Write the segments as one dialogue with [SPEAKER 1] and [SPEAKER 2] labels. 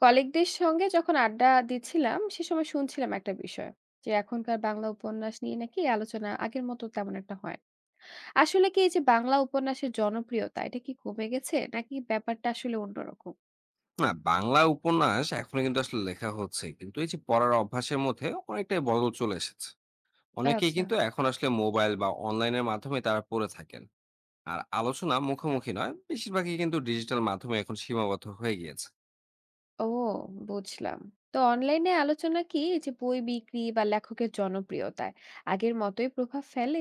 [SPEAKER 1] কলিগদের সঙ্গে যখন আড্ডা দিচ্ছিলাম সে সময় শুনছিলাম একটা বিষয় যে এখনকার বাংলা উপন্যাস নিয়ে নাকি আলোচনা আগের মতো তেমন একটা হয় না। আসলে কি এই যে বাংলা উপন্যাসের জনপ্রিয়তা এটা কি কমে গেছে নাকি ব্যাপারটা আসলে অন্যরকম?
[SPEAKER 2] না, বাংলা উপন্যাস এখনো কিন্তু আসলে লেখা হচ্ছে। কিন্তু এই যে পড়ার অভ্যাসের মধ্যে অনেকটাই বদল চলে এসেছে। অনেকেই
[SPEAKER 1] আচ্ছা।
[SPEAKER 2] কিন্তু এখন আসলে মোবাইল বা অনলাইনের মাধ্যমে তারা পড়ে থাকেন। আর আলোচনা মুখোমুখি নয়, বেশিরভাগই কিন্তু ডিজিটাল মাধ্যমে এখন সীমাবদ্ধ হয়ে গিয়েছে।
[SPEAKER 1] ও, বুঝলাম। তো অনলাইনে আলোচনা কি এই যে বই বিক্রি বা লেখকের জনপ্রিয়তায় আগের মতোই প্রভাব ফেলে?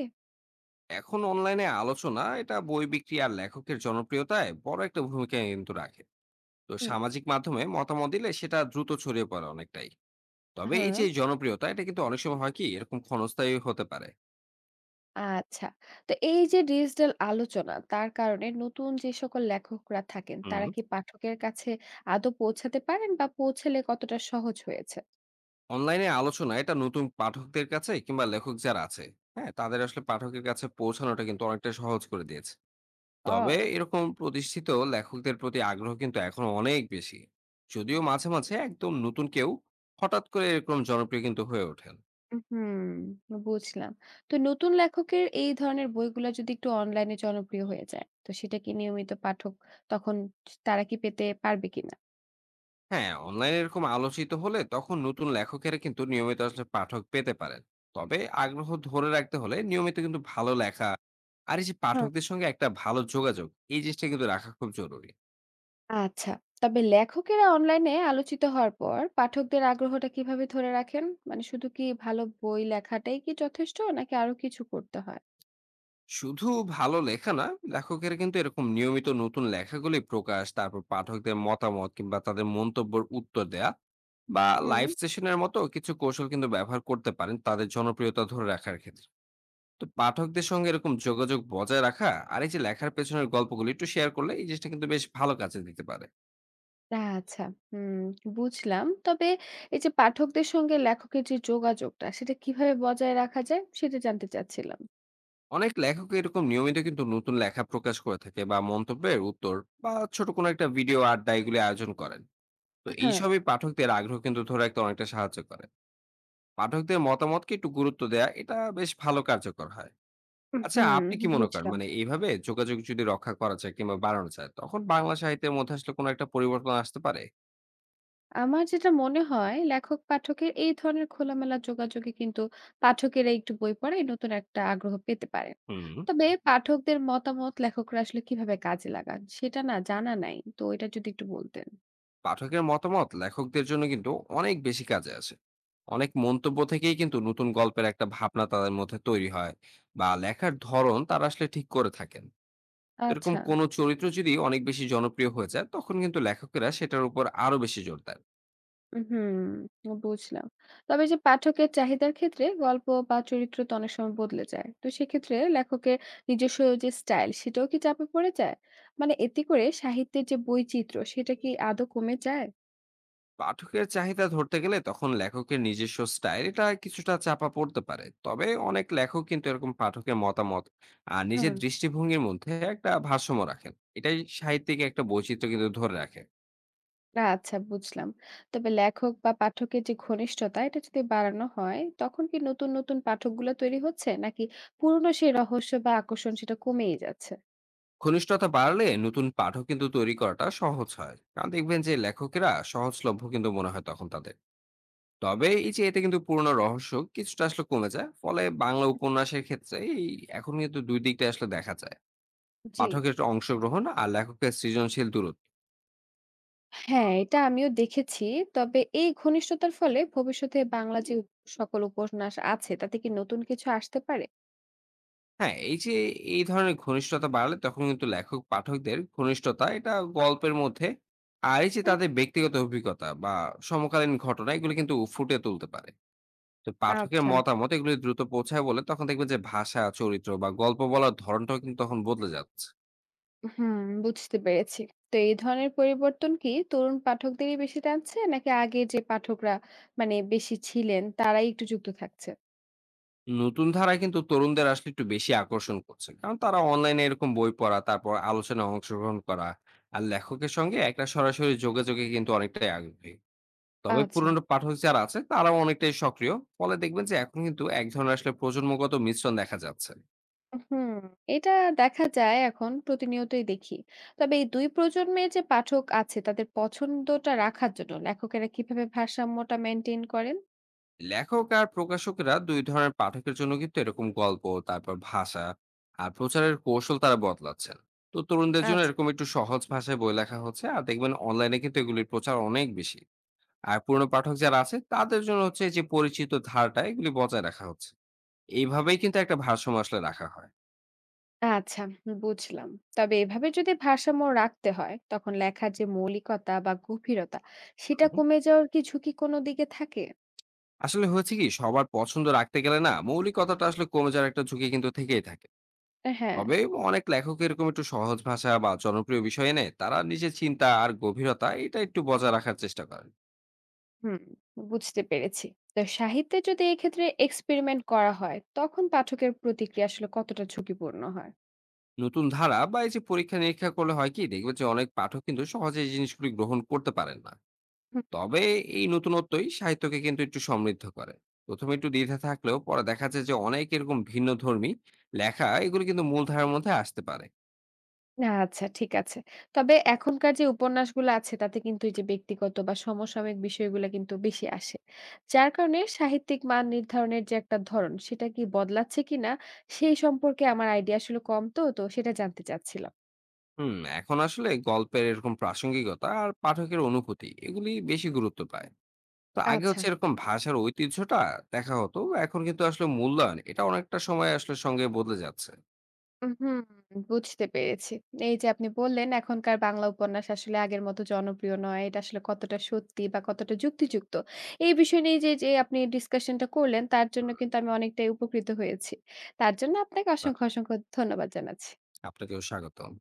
[SPEAKER 2] এখন অনলাইনে আলোচনা এটা বই বিক্রি আর লেখকের জনপ্রিয়তায় বড় একটা ভূমিকা কিন্তু রাখে। তো
[SPEAKER 1] হুম।
[SPEAKER 2] সামাজিক মাধ্যমে মতামত দিলে সেটা দ্রুত ছড়িয়ে পড়ে অনেকটাই। তবে এই
[SPEAKER 1] হ্যাঁ,
[SPEAKER 2] যে জনপ্রিয়তা এটা কিন্তু অনেক সময় হয় কি এরকম ক্ষণস্থায়ী হতে পারে।
[SPEAKER 1] আচ্ছা। তো এই যে ডিজিটাল আলোচনা তার কারণে নতুন যে সকল লেখকরা থাকেন
[SPEAKER 2] হুম।
[SPEAKER 1] তারা কি পাঠকের কাছে আদৌ পৌঁছাতে পারেন বা পৌঁছালে কতটা সহজ হয়েছে?
[SPEAKER 2] অনলাইনে আলোচনা এটা নতুন পাঠকদের কাছে কিংবা লেখক যারা আছে, হ্যাঁ তাদের আসলে পাঠকের কাছে পৌঁছানোটা কিন্তু অনেকটা সহজ করে দিয়েছে। তবে
[SPEAKER 1] ও!
[SPEAKER 2] এরকম প্রতিষ্ঠিত লেখকদের প্রতি আগ্রহ কিন্তু এখন অনেক বেশি, যদিও মাঝে মাঝে একদম নতুন কেউ হঠাৎ করে এরকম জনপ্রিয় কিন্তু হয়ে ওঠেন।
[SPEAKER 1] হুম, বুঝলাম। তো নতুন লেখকের এই ধরনের বইগুলা যদি একটু অনলাইনে জনপ্রিয় হয়ে যায়, তো সেটা কি নিয়মিত পাঠক তখন তারা কি পেতে পারবে কিনা?
[SPEAKER 2] হ্যাঁ অনলাইনে এরকম আলোচিত হলে তখন নতুন লেখকেরা কিন্তু নিয়মিত আসলে পাঠক পেতে পারেন। তবে আগ্রহ ধরে রাখতে হলে নিয়মিত কিন্তু ভালো লেখা আর এই যে পাঠকদের সঙ্গে একটা ভালো যোগাযোগ, এই জিনিসটা কিন্তু রাখা খুব জরুরি।
[SPEAKER 1] আচ্ছা। তবে লেখকেরা অনলাইনে আলোচিত হওয়ার পর পাঠকদের আগ্রহটা কিভাবে ধরে রাখেন? মানে শুধু কি ভালো বই লেখাটাই কি যথেষ্ট নাকি আরো কিছু করতে হয়?
[SPEAKER 2] শুধু ভালো লেখা না, লেখকেরা কিন্তু এরকম নিয়মিত নতুন লেখাগুলি প্রকাশ, তারপর পাঠকদের মতামত কিংবা তাদের মন্তব্যের উত্তর দেয়া বা
[SPEAKER 1] হুম।
[SPEAKER 2] লাইভ সেশনের মতো কিছু কৌশল কিন্তু ব্যবহার করতে পারেন তাদের জনপ্রিয়তা ধরে রাখার ক্ষেত্রে। তো পাঠকদের সঙ্গে এরকম যোগাযোগ বজায় রাখা আর এই যে লেখার পেছনের গল্পগুলি একটু শেয়ার করলে এই জিনিসটা কিন্তু বেশ ভালো কাজে দিতে পারে।
[SPEAKER 1] আচ্ছা, হুম, বুঝলাম। তবে এই যে পাঠকদের সঙ্গে লেখকের যে যোগাযোগটা সেটা কিভাবে বজায় রাখা যায় সেটা জানতে চাচ্ছিলাম।
[SPEAKER 2] অনেক লেখক এরকম নিয়মিত কিন্তু নতুন লেখা প্রকাশ করে থাকে বা মন্তব্যের উত্তর বা ছোট কোনো একটা ভিডিও আড্ডা এগুলি আয়োজন করেন। তো
[SPEAKER 1] হ্যাঁ,
[SPEAKER 2] এইসবই পাঠকদের আগ্রহ কিন্তু ধরে রাখতে অনেকটা সাহায্য করে। পাঠকদের মতামতকে একটু গুরুত্ব দেয়া এটা বেশ ভালো কার্যকর হয়। আচ্ছা
[SPEAKER 1] হুম,
[SPEAKER 2] আপনি কি মনে করেন,
[SPEAKER 1] বুঝলাম।
[SPEAKER 2] মানে এইভাবে যোগাযোগ যদি রক্ষা করা যায় কিংবা বাড়ানো যায় তখন বাংলা সাহিত্যের মধ্যে আসলে কোনো একটা পরিবর্তন আসতে পারে?
[SPEAKER 1] আমার যেটা মনে হয় লেখক পাঠকের এই ধরনের খোলামেলা যোগাযোগে কিন্তু পাঠকেরা একটু বই পড়ায় নতুন একটা আগ্রহ পেতে পারেন।
[SPEAKER 2] হুম।
[SPEAKER 1] তবে পাঠকদের মতামত লেখকরা আসলে কিভাবে কাজে লাগান সেটা না জানা নাই, তো এটা যদি একটু বলতেন।
[SPEAKER 2] পাঠকের মতামত লেখকদের জন্য কিন্তু অনেক বেশি কাজে আসে। অনেক মন্তব্য থেকেই কিন্তু নতুন গল্পের একটা ভাবনা তাদের মধ্যে তৈরি হয় বা লেখার ধরন তারা আসলে ঠিক করে থাকেন। এরকম
[SPEAKER 1] আচ্ছা।
[SPEAKER 2] কোনো চরিত্র যদি অনেক বেশি জনপ্রিয় হয়ে যায় তখন কিন্তু লেখকেরা সেটার উপর আরো বেশি জোর দেন।
[SPEAKER 1] হুম, বুঝলাম। তবে যে পাঠকের চাহিদার ক্ষেত্রে গল্প বা চরিত্র তো অনেক সময় বদলে যায়, তো সেক্ষেত্রে লেখকের নিজস্ব যে স্টাইল সেটাও কি চাপে পড়ে যায়? মানে এতে করে সাহিত্যের যে বৈচিত্র্য সেটা কি আদৌ কমে যায়?
[SPEAKER 2] পাঠকের চাহিদা ধরতে গেলে তখন লেখকের নিজস্ব স্টাইল এটা কিছুটা চাপা পড়তে পারে, তবে অনেক লেখক কিন্তু এরকম পাঠকের মতামত আর নিজের
[SPEAKER 1] হ্যাঁ।
[SPEAKER 2] দৃষ্টিভঙ্গির মধ্যে একটা ভারসাম্য রাখেন। এটাই সাহিত্যিক একটা বৈচিত্র্য কিন্তু ধরে রাখে।
[SPEAKER 1] না, আচ্ছা, বুঝলাম। তবে লেখক বা পাঠকের যে ঘনিষ্ঠতা এটা যদি বাড়ানো হয়, তখন কি নতুন, নতুন পাঠকগুলা তৈরি হচ্ছে? নাকি পুরনো সেই রহস্য বা আকর্ষণ সেটা কমেই যাচ্ছে?
[SPEAKER 2] ঘনিষ্ঠতা বাড়লে নতুন পাঠক কিন্তু তৈরি করাটা সহজ হয়, কারণ দেখবেন যে লেখকেরা সহজলভ্য কিন্তু মনে হয় তখন তাদের। তবে এই যে এতে কিন্তু পুরোনো রহস্য কিছুটা আসলে কমে যায়, ফলে বাংলা উপন্যাসের ক্ষেত্রে এই এখন কিন্তু দুই দিকটা আসলে দেখা যায়,
[SPEAKER 1] জি।
[SPEAKER 2] পাঠকের অংশগ্রহণ আর লেখকের সৃজনশীল দূরত্ব।
[SPEAKER 1] হ্যাঁ, এটা আমিও দেখেছি। তবে এই ঘনিষ্ঠতার ফলে ভবিষ্যতে বাংলা যে সকল উপন্যাস আছে তাতে কি নতুন কিছু আসতে পারে?
[SPEAKER 2] হ্যাঁ, এই যে এই ধরনের ঘনিষ্ঠতা বাড়ালে তখন কিন্তু লেখক পাঠকদের ঘনিষ্ঠতা এটা গল্পের মধ্যে আর এই যে
[SPEAKER 1] হুম।
[SPEAKER 2] তাদের ব্যক্তিগত অভিজ্ঞতা বা সমকালীন ঘটনা এগুলো কিন্তু ফুটিয়ে তুলতে পারে। তো পাঠকের
[SPEAKER 1] আচ্ছা,
[SPEAKER 2] মতামত এগুলো দ্রুত পৌঁছায় বলে তখন দেখবেন যে ভাষা, চরিত্র বা গল্প বলার ধরনটাও কিন্তু তখন বদলে যাচ্ছে।
[SPEAKER 1] হুম, বুঝতে পেরেছি। তো এই ধরনের পরিবর্তন কি তরুণ পাঠকদেরই বেশি টানছে নাকি আগে যে পাঠকরা মানে বেশি ছিলেন তারাই একটু যুক্ত থাকছে?
[SPEAKER 2] নতুন ধারা কিন্তু তরুণদের আসলে একটু বেশি আকর্ষণ করছে, কারণ তারা অনলাইনে এরকম বই পড়া, তারপর আলোচনায় অংশগ্রহণ করা আর লেখকের সঙ্গে একটা সরাসরি যোগাযোগে কিন্তু অনেকটাই আগ্রহী। তবে
[SPEAKER 1] আচ্ছা।
[SPEAKER 2] পুরনো পাঠক যারা আছে তারাও অনেকটাই সক্রিয়, ফলে দেখবেন যে এখন কিন্তু এক ধরনের আসলে প্রজন্মগত মিশ্রণ দেখা যাচ্ছে।
[SPEAKER 1] হুম, এটা দেখা যায়, এখন প্রতিনিয়তই দেখি। তবে এই ২ প্রজন্মের যে পাঠক আছে তাদের পছন্দটা রাখার জন্য লেখকেরা কিভাবে ভারসাম্যটা মেইনটেইন করেন?
[SPEAKER 2] লেখক আর প্রকাশকেরা দুই ধরনের পাঠকের জন্য কিন্তু এরকম গল্প, তারপর ভাষা আর প্রচারের কৌশল তারা বদলাচ্ছেন। তো তরুণদের জন্য
[SPEAKER 1] আচ্ছা,
[SPEAKER 2] এরকম একটু সহজ ভাষায় বই লেখা হচ্ছে আর দেখবেন অনলাইনে কিন্তু এগুলির প্রচার অনেক বেশি। আর পুরনো পাঠক যারা আছে তাদের জন্য হচ্ছে যে পরিচিত ধারাটা এগুলি বজায় রাখা হচ্ছে। এইভাবেই কিন্তু একটা ভারসাম্য আসলে রাখা হয়।
[SPEAKER 1] আচ্ছা, বুঝলাম। তবে এভাবে যদি ভারসাম্য রাখতে হয় তখন লেখার যে মৌলিকতা বা গভীরতা সেটা
[SPEAKER 2] হুম।
[SPEAKER 1] কমে যাওয়ার কি ঝুঁকি কোনো দিকে থাকে?
[SPEAKER 2] আসলে হয়েছে কি, সবার পছন্দ রাখতে গেলে না মৌলিকতাটা আসলে কমে যাওয়ার একটা ঝুঁকি কিন্তু থেকেই থাকে।
[SPEAKER 1] হ্যাঁ,
[SPEAKER 2] তবে অনেক লেখক এরকম একটু সহজ ভাষা বা জনপ্রিয় বিষয় এনে তারা নিজের চিন্তা আর গভীরতা এটা একটু বজায় রাখার চেষ্টা করেন।
[SPEAKER 1] হুম, বুঝতে পেরেছি। তো সাহিত্যে যদি এক্ষেত্রে এক্সপেরিমেন্ট করা হয় তখন পাঠকের প্রতিক্রিয়া আসলে কতটা ঝুঁকিপূর্ণ হয়?
[SPEAKER 2] নতুন ধারা বা এই যে পরীক্ষা নিরীক্ষা করলে হয় কি, দেখবে যে অনেক পাঠক কিন্তু সহজে এই জিনিসগুলি গ্রহণ করতে পারেন না। তবে এই নতুনত্বই সাহিত্যকে কিন্তু একটু সমৃদ্ধ করে। প্রথমে একটু দ্বিধা থাকলেও পরে দেখা যায় যে অনেক এরকম ভিন্ন ধর্মী লেখা এগুলো কিন্তু মূলধারার মধ্যে আসতে পারে।
[SPEAKER 1] না, আচ্ছা, ঠিক আছে। তবে এখনকার যে উপন্যাসগুলো আছে তাতে কিন্তু এই যে ব্যক্তিগত বা সমসাময়িক বিষয়গুলো কিন্তু বেশি আসে। যার কারণে সাহিত্যিক মান নির্ধারণের যে একটা ধরন সেটা কি বদলাচ্ছে কিনা সেই সম্পর্কে আমার আইডিয়া আসলে কম তো, তো সেটা জানতে চাচ্ছিলাম।
[SPEAKER 2] হুম এখন আসলে গল্পের এরকম প্রাসঙ্গিকতা আর পাঠকের অনুভূতি এগুলি বেশি গুরুত্ব পায়। তো আগে
[SPEAKER 1] আচ্ছা।
[SPEAKER 2] হচ্ছে এরকম ভাষার ঐতিহ্যটা দেখা হতো, এখন কিন্তু আসলে মূল্যায়ন এটা অনেকটা সময় আসলে সঙ্গে বদলে যাচ্ছে।
[SPEAKER 1] হুম, বুঝতে পেরেছি। এই যে আপনি বললেন এখনকার বাংলা উপন্যাস আসলে আগের মতো জনপ্রিয় নয়, এটা আসলে কতটা সত্যি বা কতটা যুক্তিযুক্ত। এই বিষয় নিয়ে যে আপনি ডিসকাশন টা করলেন তার জন্য কিন্তু আমি অনেকটাই উপকৃত হয়েছি। তার জন্য আপনাকে
[SPEAKER 2] বাহ,
[SPEAKER 1] অসংখ্য, অসংখ্য ধন্যবাদ জানাচ্ছি।
[SPEAKER 2] আপনাকেও স্বাগতম।